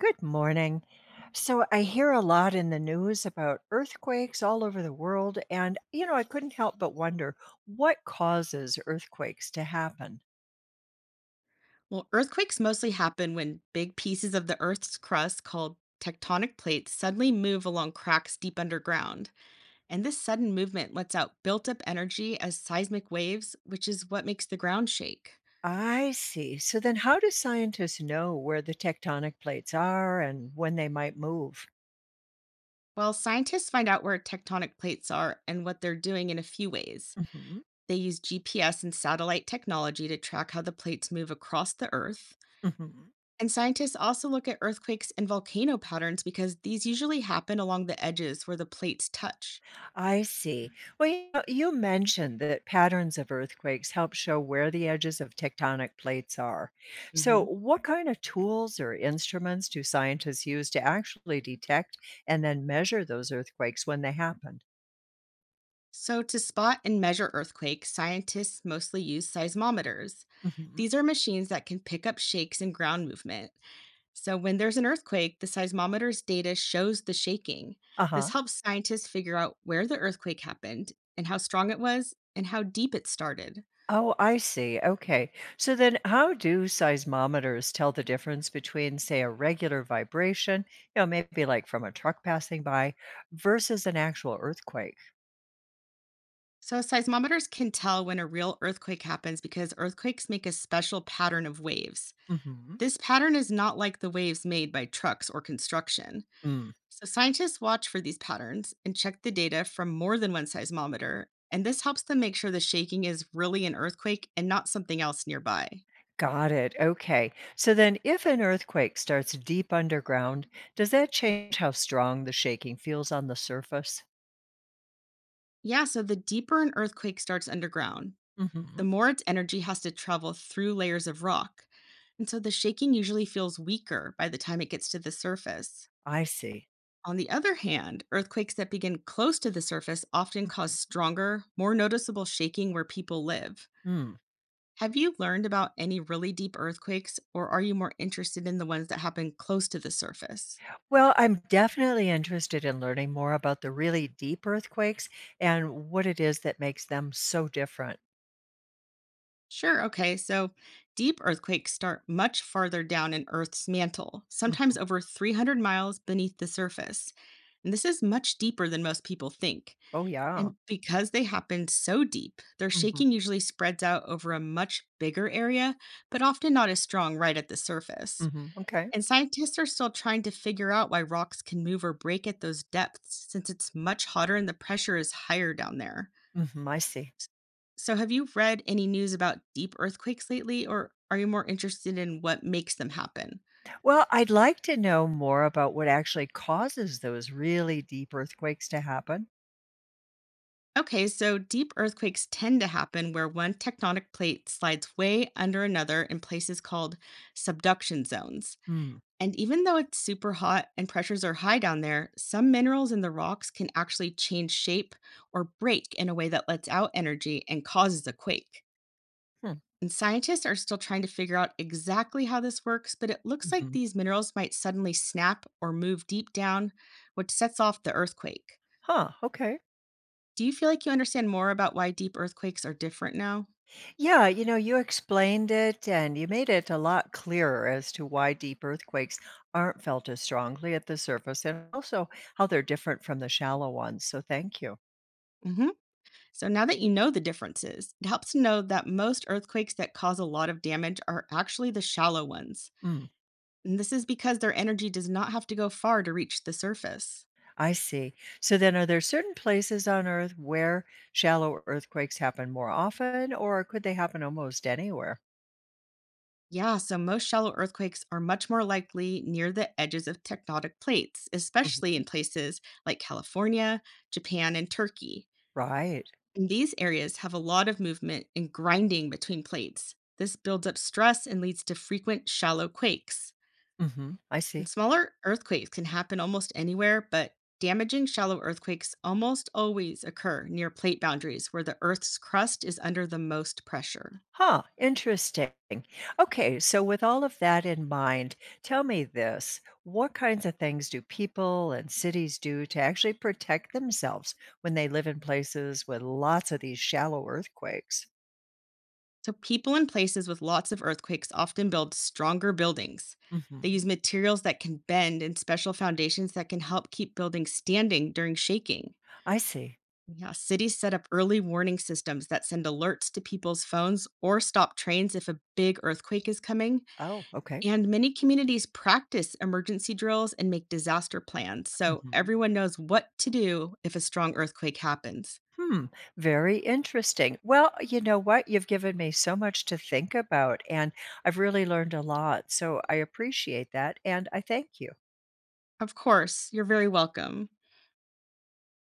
Good morning. So I hear a lot in the news about earthquakes all over the world. And, I couldn't help but wonder what causes earthquakes to happen? Well, earthquakes mostly happen when big pieces of the Earth's crust, called tectonic plates, suddenly move along cracks deep underground. And this sudden movement lets out built up energy as seismic waves, which is what makes the ground shake. I see. So then, how do scientists know where the tectonic plates are and when they might move? Well, scientists find out where tectonic plates are and what they're doing in a few ways. Hmm. They use GPS and satellite technology to track how the plates move across the Earth. And scientists also look at earthquakes and volcano patterns because these usually happen along the edges where the plates touch. I see. Well, you mentioned that patterns of earthquakes help show where the edges of tectonic plates are. So, Mhm. what kind of tools or instruments do scientists use to actually detect and then measure those earthquakes when they happen? So, to spot and measure earthquakes, scientists mostly use seismometers. Hmm. These are machines that can pick up shakes and ground movement. So, when there's an earthquake, the seismometer's data shows the shaking. Uh This huh. helps scientists figure out where the earthquake happened and how strong it was and how deep it started. Oh, I see. Okay. So, then how do seismometers tell the difference between, say, a regular vibration, maybe like from a truck passing by, versus an actual earthquake? So, seismometers can tell when a real earthquake happens because earthquakes make a special pattern of waves. Hmm. This pattern is not like the waves made by trucks or construction. Mm. So, scientists watch for these patterns and check the data from more than one seismometer, and this helps them make sure the shaking is really an earthquake and not something else nearby. Got it. Okay. So then, if an earthquake starts deep underground, does that change how strong the shaking feels on the surface? Yeah, so the deeper an earthquake starts underground, Hmm. the more its energy has to travel through layers of rock. And so the shaking usually feels weaker by the time it gets to the surface. I see. On the other hand, earthquakes that begin close to the surface often cause stronger, more noticeable shaking where people live. Hmm. Have you learned about any really deep earthquakes, or are you more interested in the ones that happen close to the surface? Well, I'm definitely interested in learning more about the really deep earthquakes and what it is that makes them so different. Sure, okay, so deep earthquakes start much farther down in Earth's mantle, Hmm. sometimes over 300 miles beneath the surface. And this is much deeper than most people think. Oh, yeah. And because they happen so deep, their Hmm. shaking usually spreads out over a much bigger area, but often not as strong right at the surface. Hmm. Okay. And scientists are still trying to figure out why rocks can move or break at those depths since it's much hotter and the pressure is higher down there. Hmm. I see. So, have you read any news about deep earthquakes lately, or are you more interested in what makes them happen? Well, I'd like to know more about what actually causes those really deep earthquakes to happen. Okay, so deep earthquakes tend to happen where one tectonic plate slides way under another in places called subduction zones. Mm-hmm. And even though it's super hot and pressures are high down there, some minerals in the rocks can actually change shape or break in a way that lets out energy and causes a quake. And scientists are still trying to figure out exactly how this works, but it looks like Hmm. these minerals might suddenly snap or move deep down, which sets off the earthquake. Huh, okay. Do you feel like you understand more about why deep earthquakes are different now? Yeah, you explained it and you made it a lot clearer as to why deep earthquakes aren't felt as strongly at the surface and also how they're different from the shallow ones. So thank you. Hmm. So, now that you know the differences, it helps to know that most earthquakes that cause a lot of damage are actually the shallow ones. Mm. And this is because their energy does not have to go far to reach the surface. I see. So then, are there certain places on Earth where shallow earthquakes happen more often, or could they happen almost anywhere? Yeah, so most shallow earthquakes are much more likely near the edges of tectonic plates, especially Mhm. in places like California, Japan, and Turkey. Right. And these areas have a lot of movement and grinding between plates. This builds up stress and leads to frequent shallow quakes. Hmm. I see. And smaller earthquakes can happen almost anywhere, but damaging shallow earthquakes almost always occur near plate boundaries where the Earth's crust is under the most pressure. Huh, interesting. Okay, so with all of that in mind, tell me this, what kinds of things do people and cities do to actually protect themselves when they live in places with lots of these shallow earthquakes? So, people in places with lots of earthquakes often build stronger buildings. They use Mhm. materials that can bend and special foundations that can help keep buildings standing during shaking. I see. Yeah, cities set up early warning systems that send alerts to people's phones or stop trains if a big earthquake is coming. Oh, okay. And many communities practice emergency drills and make disaster plans so Mhm. everyone knows what to do if a strong earthquake happens. Hmm, very interesting. Well, you know what? You've given me so much to think about, and I've really learned a lot. So I appreciate that, and I thank you. Of course, you're very welcome.